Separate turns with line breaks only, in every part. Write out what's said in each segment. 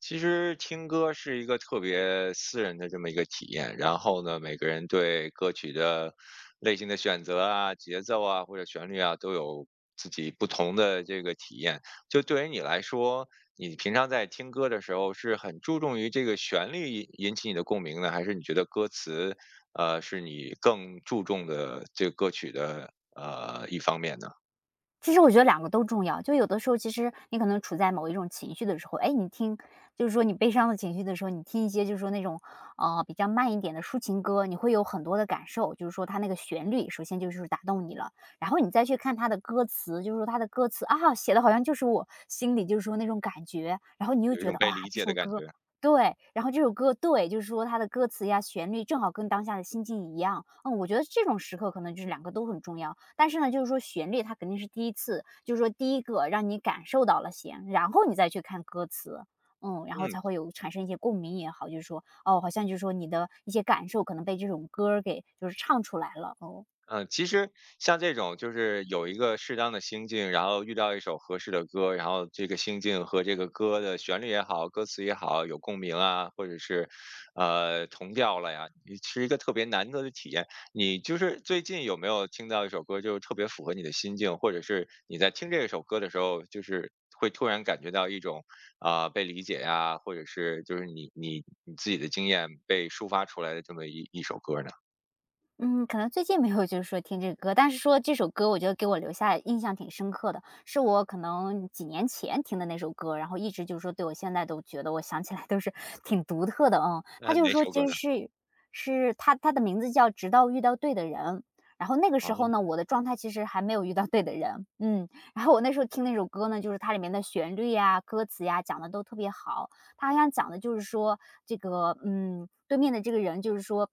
其实听歌是一个特别私人的这么一个体验，然后呢，每个人对歌曲的类型的选择啊、节奏啊或者旋律啊，都有自己不同的这个体验。就对于你来说，你平常在听歌的时候是很注重于这个旋律引起你的共鸣呢，还是你觉得歌词，是你更注重的这个歌曲的一方面呢？
其实我觉得两个都重要，就有的时候其实你可能处在某一种情绪的时候，哎，你听就是说你悲伤的情绪的时候，你听一些就是说那种，比较慢一点的抒情歌，你会有很多的感受，就是说它那个旋律首先就是打动你了，然后你再去看它的歌词，就是说它的歌词啊，写的好像就是我心里就是说那种感觉，然后你又
有一
觉
种
得
被
哇，
理
这
解的
首
感
歌
觉。
对，然后这首歌对，就是说它的歌词呀、旋律正好跟当下的心境一样，嗯，我觉得这种时刻可能就是两个都很重要。但是呢，就是说旋律它肯定是第一次，就是说第一个让你感受到了弦，然后你再去看歌词。嗯，然后
嗯。
才会有产生一些共鸣也好，就是说，哦，好像就是说你的一些感受可能被这种歌儿给就是唱出来了，哦。
嗯，其实像这种就是有一个适当的心境，然后遇到一首合适的歌，然后这个心境和这个歌的旋律也好，歌词也好，有共鸣啊，或者是同调了呀，你是一个特别难得的体验。你就是最近有没有听到一首歌，就是特别符合你的心境，或者是你在听这首歌的时候，就是会突然感觉到一种啊、被理解呀，或者是就是你自己的经验被抒发出来的这么一首歌呢？
嗯，可能最近没有就是说听这个歌，但是说这首歌我觉得给我留下印象挺深刻的，是我可能几年前听的那首歌，然后一直就是说对我现在都觉得我想起来都是 挺独特的，嗯。它
那
就是
哪
说
首歌
其
呢？
实是它的名字叫《直到遇到对的人》，然后那个
啊？
时候呢，我的状态其实还没有遇到对的人，嗯。然后我那时候听那首歌呢，就是它里面的旋律呀、歌词呀，讲的都特别好，他好像讲的就是说，这个嗯，对面的这个人就是说，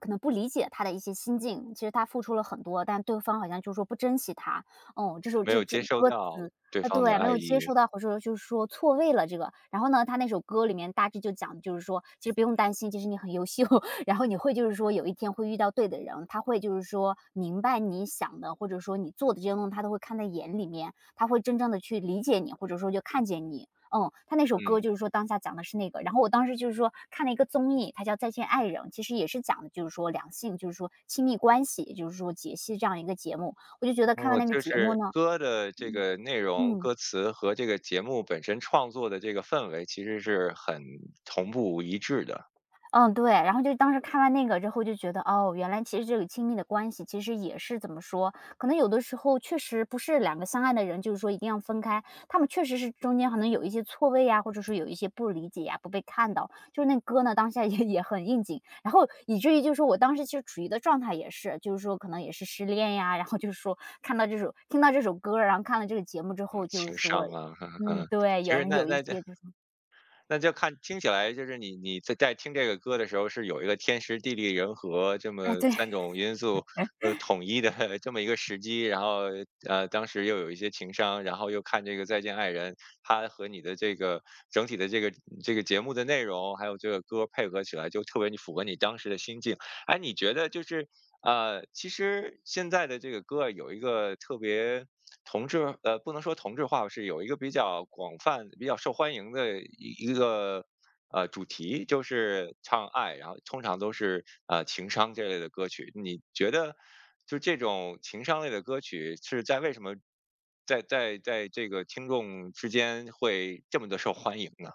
可能不理解他的一些心境，其实他付出了很多，但对方好像就是说不珍惜他。哦，这首
没
这
有
这
接受
歌词
到对
啊，
方的
对，没
爱
有接
意，
收到，或者说就是说错位了这个。然后呢，他那首歌里面大致就讲，的就是说其实不用担心，其实你很优秀，然后你会就是说有一天会遇到对的人，他会就是说明白你想的，或者说你做的这些东西，他都会看在眼里面，他会真正的去理解你，或者说就看见你。嗯，他那首
嗯，
歌就是说当下讲的是那个，然后我当时就是说看了一个综艺，它叫《再见爱人》，其实也是讲的就是说两性，就是说亲密关系，也就是说解析这样一个节目。我就觉得看完
哦，
那个
就
节目
是
呢
歌的这
嗯，
个内容、
嗯。
歌词和这个节目本身创作的这个氛围其实是很同步一致的，
嗯，对。然后就当时看完那个之后就觉得，哦，原来其实这个亲密的关系其实也是怎么说，可能有的时候确实不是两个相爱的人，就是说一定要分开，他们确实是中间可能有一些错位呀，或者说有一些不理解呀，不被看到。就是那歌呢，当下也 也很应景，然后以至于就是说我当时其实处于的状态也是，就是说可能也是失恋呀，然后就是说看到这首听到这首歌然后看了这个节目之
嗯
后，就是
情
说
商啊，
嗯，
嗯，
对，
其
有
实
人
那
有一
那
些就是
那就看听起来就是你在听这个歌的时候，是有一个天时地利人和这
哎，
么
对。
三种因素，统一的 这么一个时机，然后，当时又有一些情商，然后又看这个《再见爱人》，它和你的这个整体的这个节目的内容，还有这个歌配合起来就特别符合你当时的心境。哎，你觉得就是，其实现在的这个歌啊有一个特别同质不能说同质化吧，是有一个比较广泛、比较受欢迎的一个主题，就是唱爱，然后通常都是情商这类的歌曲。你觉得就这种情商类的歌曲是在为什么在这个听众之间会这么的受欢迎呢？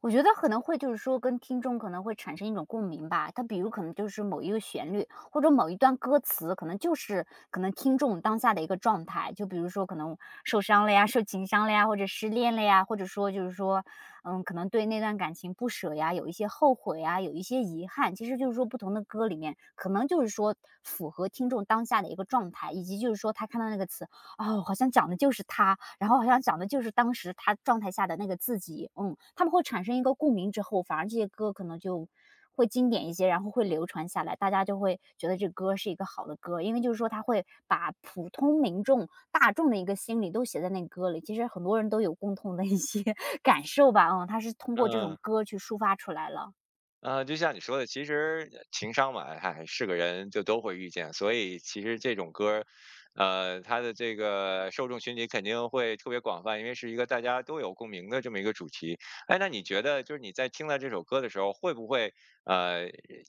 我觉得可能会就是说跟听众可能会产生一种共鸣吧。他比如可能就是某一个旋律，或者某一段歌词，可能就是可能听众当下的一个状态。就比如说可能受伤了呀，受情伤了呀，或者失恋了呀，或者说就是说，嗯，可能对那段感情不舍呀，有一些后悔呀，有一些遗憾。其实就是说不同的歌里面，可能就是说符合听众当下的一个状态，以及就是说他看到那个词。哦，好像讲的就是他，然后好像讲的就是当时他状态下的那个自己。嗯，他们会产生一个共鸣之后，反而这些歌可能就会经典一些，然后会流传下来，大家就会觉得这歌是一个好的歌，因为就是说他会把普通民众、大众的一个心理都写在那歌里。其实很多人都有共同的一些 感受吧，嗯，他是通过这
嗯、
种歌去抒发出来了。
就像你说的，其实情商嘛，哎，是个人就都会遇见，所以其实这种歌儿，它的这个受众群体肯定会特别广泛，因为是一个大家都有共鸣的这么一个主题。哎，那你觉得就是你在听到这首歌的时候，会不会呃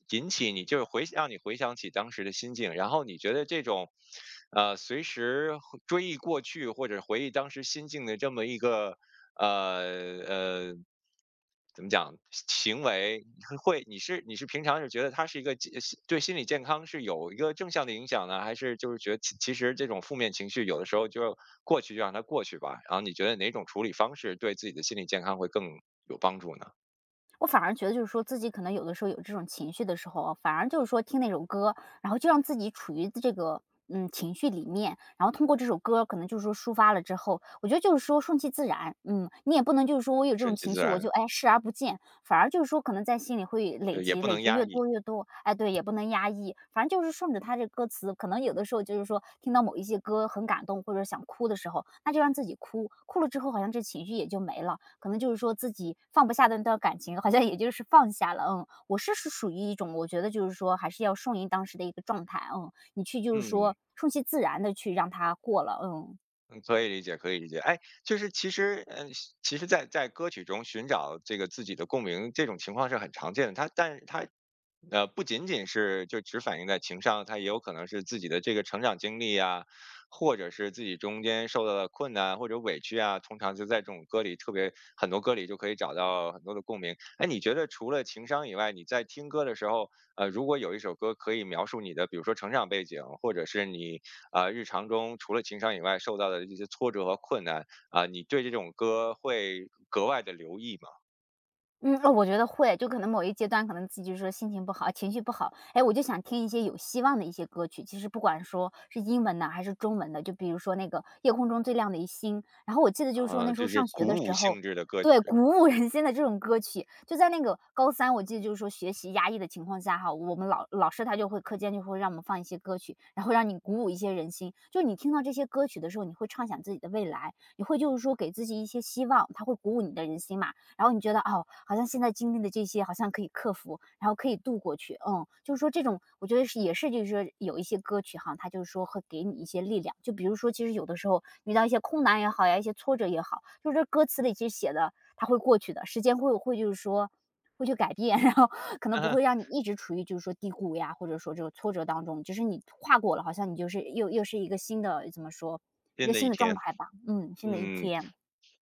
引起你就是回让你回想起当时的心境？然后你觉得这种随时回追忆过去或者回忆当时心境的这么一个呃呃怎么讲行为，会你是平常是觉得它是一个健心对心理健康是有一个正向的影响呢，还是就是觉得其实这种负面情绪有的时候就过去就让它过去吧，然后你觉得哪种处理方式对自己的心理健康会更有帮助呢？
我反而觉得就是说自己可能有的时候有这种情绪的时候啊反而就是说听那首歌，然后就让自己处于这个，嗯，情绪里面，然后通过这首歌可能就是说抒发了之后，我觉得就是说顺其自然。嗯，你也不能就是说我有这
顺
种
其
情
自
绪，我
然，
就，哎，视而不见，反而就是说可能在心里会
就
累
也
积，
不
累
能
积
压
越
抑。
多越阅读，哎，对，也不能压抑，反正就是顺着他这歌词，可能有的时候就是说听到某一些歌很感动，或者想哭的时候，那就让自己哭，哭了之后好像这情绪也就没了，可能就是说自己放不下的那段感情，好像也就是放下了。嗯，我是属于一种，我觉得就是说还是要顺应当时的一个状态，嗯，你去就是
嗯，
说顺其自然的去让它过了，嗯。
嗯可以理解，可以理解。哎，就是其实，嗯，其实在，在歌曲中寻找这个自己的共鸣，这种情况是很常见的。它，但是它不仅仅是就只反映在情商，它也有可能是自己的这个成长经历啊，或者是自己中间受到的困难或者委屈啊，通常就在这种歌里特别很多歌里就可以找到很多的共鸣。哎，你觉得除了情商以外，你在听歌的时候，如果有一首歌可以描述你的，比如说成长背景，或者是你啊日常中除了情商以外受到的一些挫折和困难啊、你对这种歌会格外的留意吗？
嗯，哦，我觉得会，就可能某一阶段，可能自己就是说心情不好、情绪不好，哎，我就想听一些有希望的一些歌曲。其实不管说是英文的还是中文的，就比如说那个《夜空中最亮的一星》，然后我记得就是说
啊、
那时
就
候
是
上学
鼓
的
舞
时候，
性质的歌曲。
对，鼓舞人心的这种歌曲，就在那个高三，我记得就是说学习压抑的情况下哈，我们老师他就会课间就会让我们放一些歌曲，然后让你鼓舞一些人心。就你听到这些歌曲的时候，你会畅想自己的未来，你会就是说给自己一些希望，他会鼓舞你的人心嘛。然后你觉得哦，好像现在经历的这些好像可以克服，然后可以度过去，嗯，就是说这种我觉得是也是就是说有一些歌曲哈，它就是说会给你一些力量，就比如说其实有的时候遇到一些困难也好呀，一些挫折也好，就是这歌词里其实写的它会过去的，时间会就是说。会去改变，然后可能不会让你 一直处于就是说低谷呀，或者说这种挫折当中，就是你跨过了，好像你就是又是一个新的怎么说，一
新
个
的一
新的状
天。
态吧，嗯，新的一
嗯，
天。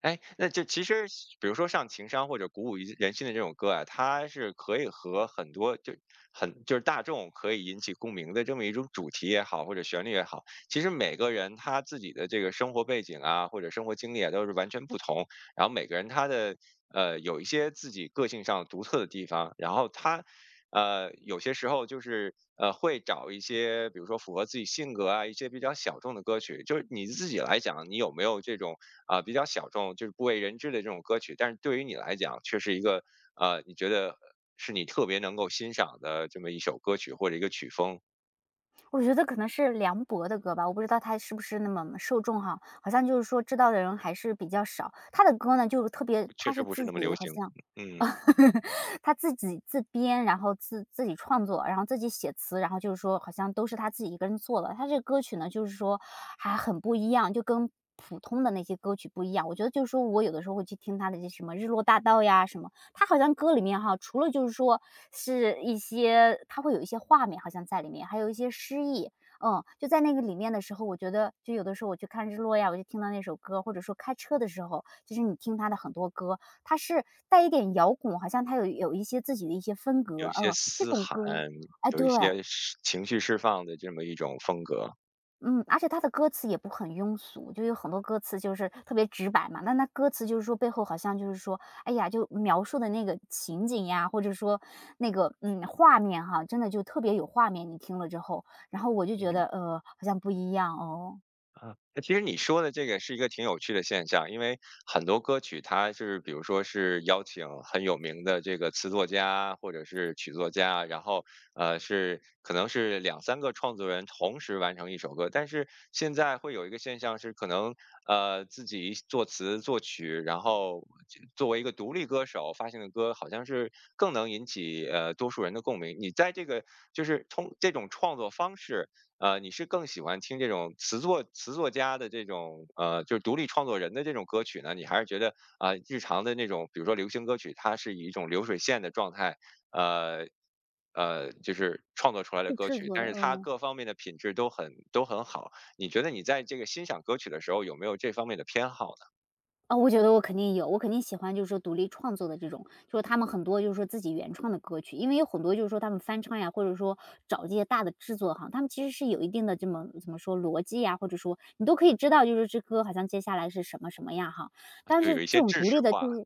哎，那就其实比如说像情商或者鼓舞一人心的这种歌啊，它是可以和很多就很就是大众可以引起共鸣的这么一种主题也好，或者旋律也好，其实每个人他自己的这个生活背景啊，或者生活经历啊，都是完全不同，然后每个人他的。有一些自己个性上独特的地方，然后他有些时候就是会找一些比如说符合自己性格啊，一些比较小众的歌曲。就是你自己来讲，你有没有这种啊、比较小众，就是不为人知的这种歌曲？但是对于你来讲，却是一个你觉得是你特别能够欣赏的这么一首歌曲或者一个曲风，
我觉得可能是梁博的歌吧，我不知道他是不是那么受众哈，好像就是说知道的人还是比较少。他的歌呢，就特别
确
他
实
是
不是
自
那么
己
流
好
行。
像
嗯，
他自己自编，然后自己创作，然后自己写词，然后就是说好像都是他自己一个人做的。他这个歌曲呢，就是说还很不一样，就跟普通的那些歌曲不一样。我觉得就是说我有的时候会去听他的这什么《日落大道》呀，什么他好像歌里面哈，除了就是说是一些他会有一些画面好像在里面，还有一些诗意。嗯，就在那个里面的时候，我觉得就有的时候我去看日落呀，我就听到那首歌，或者说开车的时候，就是你听他的很多歌，他是带一点摇滚，好像他有一些自己的一些风
有
格。
一些
嗯，这
嘶
种
喊，
歌哎，
有
对。
一些释情绪释放的这么一种风格。
嗯，而且他的歌词也不很庸俗，就有很多歌词就是特别直白嘛。那歌词就是说背后好像就是说，哎呀，就描述的那个情景呀，或者说那个画面哈，真的就特别有画面。你听了之后，然后我就觉
嗯。
得好像不一样哦，
啊，那其实你说的这个是一个挺有趣的现象，因为很多歌曲它是，比如说是邀请很有名的这个词作家或者是曲作家，然后是可能是两三个创作人同时完成一首歌，但是现在会有一个现象是，可能自己作词作曲，然后作为一个独立歌手发行的歌，好像是更能引起多数人的共鸣。你在这个就是通这种创作方式。你是更喜欢听这种词作家的这种就是独立创作人的这种歌曲呢？你还是觉得啊、日常的那种，比如说流行歌曲，它是以一种流水线的状态，呃就是创作出来的
去
歌
制
曲，
作
但
的，
是它
嗯。
各方面的品质都很好。你觉得你在这个欣赏歌曲的时候，有没有这方面的偏好呢？
啊，我觉得我肯定有，我肯定喜欢就是说独立创作的这种，就是他们很多就是说自己原创的歌曲，因为有很多就是说他们翻唱呀，或者说找这些大的制作哈，他们其实是有一定的这么怎么说逻辑呀，或者说你都可以知道，就是这歌好像接下来是什么什么样哈。但
就
是
有一
这
些
种
制
独
式
立的，
化，
就是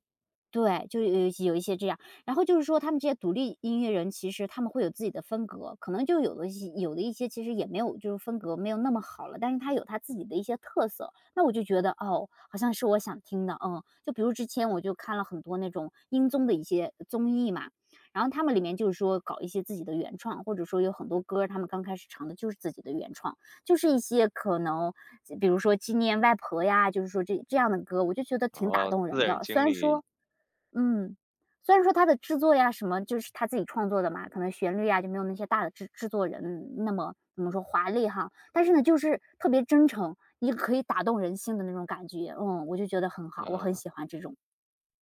对，就有一些这样，然后就是说他们这些独立音乐人，其实他们会有自己的风格，可能就有的一些其实也没有就是风格没有那么好了，但是他有他自己的一些特色，那我就觉得，哦，好像是我想听的，嗯。就比如之前我就看了很多那种音综的一些综艺嘛，然后他们里面就是说搞一些自己的原创，或者说有很多歌儿他们刚开始唱的就是自己的原创，就是一些可能比如说纪念外婆呀，就是说这样的歌，我就觉得
然
挺打
后
动
私
人
人
的。虽
经
然
历，
说嗯，虽然说他的制作呀什么，就是他自己创作的嘛，可能旋律呀就没有那些大的制作人那么怎么说华丽哈，但是呢，就是特别真诚，你可以打动人心的那种感觉，嗯，我就觉得很好，我很
呃。
喜欢这种。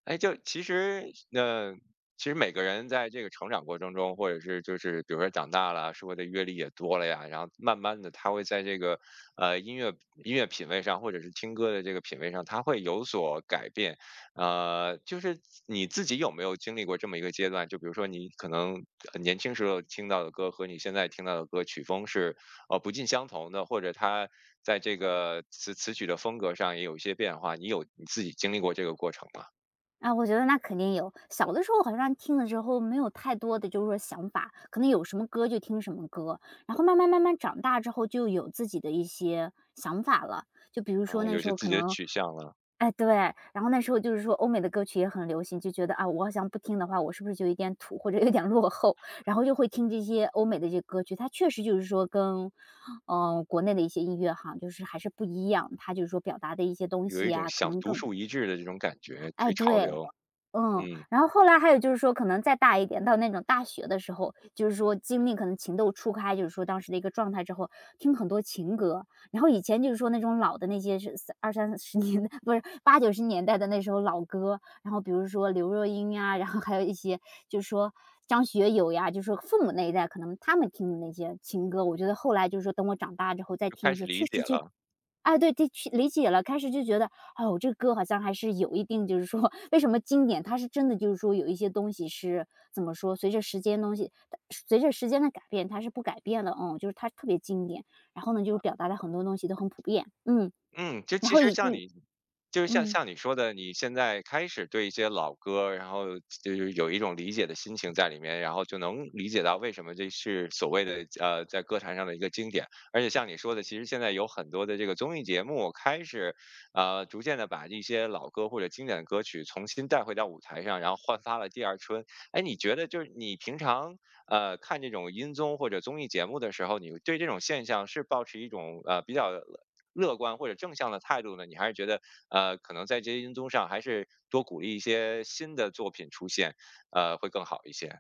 哎，就其实，那其实每个人在这个成长过程中，或者是就是比如说长大了，社会的阅历也多了呀，然后慢慢的他会在这个呃音乐音乐品味上，或者是听歌的这个品味上，他会有所改变。就是你自己有没有经历过这么一个阶段？就比如说你可能年轻时候听到的歌和你现在听到的歌曲风是不尽相同的，或者他在这个词曲的风格上也有一些变化，你有你自己经历过这个过程吗？
啊，我觉得那肯定有，小的时候好像听了之后没有太多的就是说想法，可能有什么歌就听什么歌，然后慢慢慢慢长大之后就有自己的一些想法了，就比如
然
说
后
那
有
时
些
候
自
可
己的
能
取向了，
哎，对，然后那时候就是说欧美的歌曲也很流行，就觉得啊，我好像不听的话，我是不是就有点土或者有点落后？然后就会听这些欧美的这些歌曲，它确实就是说跟，嗯，国内的一些音乐哈，就是还是不一样，它就是说表达的一些东
有一
西
种
啊，可
想
能
独
更
树一帜的这种感觉，
哎，
追潮
对。
流，
嗯，
嗯，
然后后来还有就是说可能再大一点，到那种大学的时候，就是说经历可能情窦初开，就是说当时的一个状态之后，听很多情歌。然后以前就是说那种老的那些是三二三十年代，不是八九十年代的那时候老歌，然后比如说刘若英呀，然后还有一些就是说张学友呀，就是说父母那一代可能他们听的那些情歌，我觉得后来就是说等我长大之后再
就开
听一
始
些，
理
确
解
实就
了。
哎，对，的确理解了。开始就觉得，哦，这歌好像还是有一定就是说为什么经典，它是真的就是说有一些东西是怎么说，随着时间的改变，它是不改变的，嗯，就是它特别经典。然后呢，就是表达的很多东西都很普遍，嗯，
嗯，就
然
其
后
实
以
像
至于
你就是像
嗯。
像你说的，你现在开始对一些老歌，然后就是有一种理解的心情在里面，然后就能理解到为什么这是所谓的在歌坛上的一个经典。而且像你说的，其实现在有很多的这个综艺节目开始逐渐的把一些老歌或者经典的歌曲重新带回到舞台上，然后焕发了第二春。哎，你觉得就是你平常看这种音综或者综艺节目的时候，你对这种现象是保持一种比较乐观或者正向的态度呢，你还是觉得，可能在这些因素上还是多鼓励一些新的作品出现，会更好一些，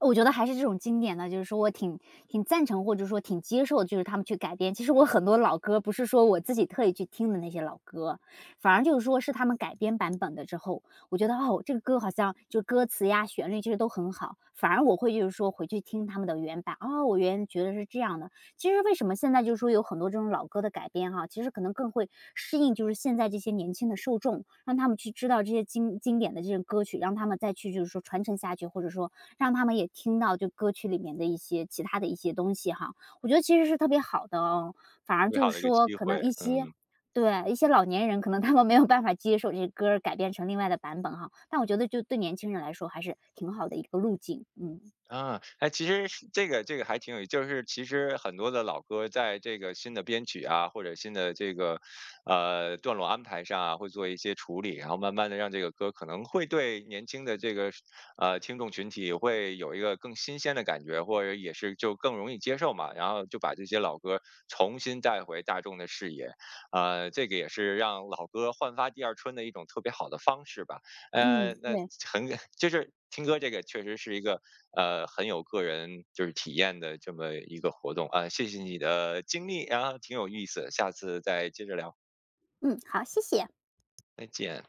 我觉得还是这种经典的，就是说我挺赞成或者说挺接受，就是他们去改编。其实我很多老歌不是说我自己特意去听的那些老歌，反而就是说是他们改编版本的之后，我觉得哦，这个歌好像就歌词呀、旋律其实都很好，反而我会就是说回去听他们的原版，哦，我原来觉得是这样的。其实为什么现在就是说有很多这种老歌的改编哈、其实可能更会适应就是现在这些年轻的受众，让他们去知道这些经典的这些歌曲，让他们再去就是说传承下去，或者说让他们也听到就歌曲里面的一些其他的一些东西哈，我觉得其实是特别好的哦。反而
美
就是
好的一个
说
机
可
会，
能一些
嗯。
对，一些老年人可能他们没有办法接受这歌儿改编成另外的版本哈，但我觉得就对年轻人来说还是挺好的一个路径，嗯，
啊，哎，其实是这个还挺有意思，就是其实很多的老歌在这个新的编曲啊，或者新的这个段落安排上啊，会做一些处理，然后慢慢的让这个歌可能会对年轻的这个听众群体会有一个更新鲜的感觉，或者也是就更容易接受嘛，然后就把这些老歌重新带回大众的视野，这个也是让老歌焕发第二春的一种特别好的方式吧。
嗯，
那
对，
很 就是听歌这个确实是一个很有个人就是体验的这么一个活动啊。谢谢你的经历，啊，挺有意思，下次再接着聊，
嗯，好，谢谢。
再见。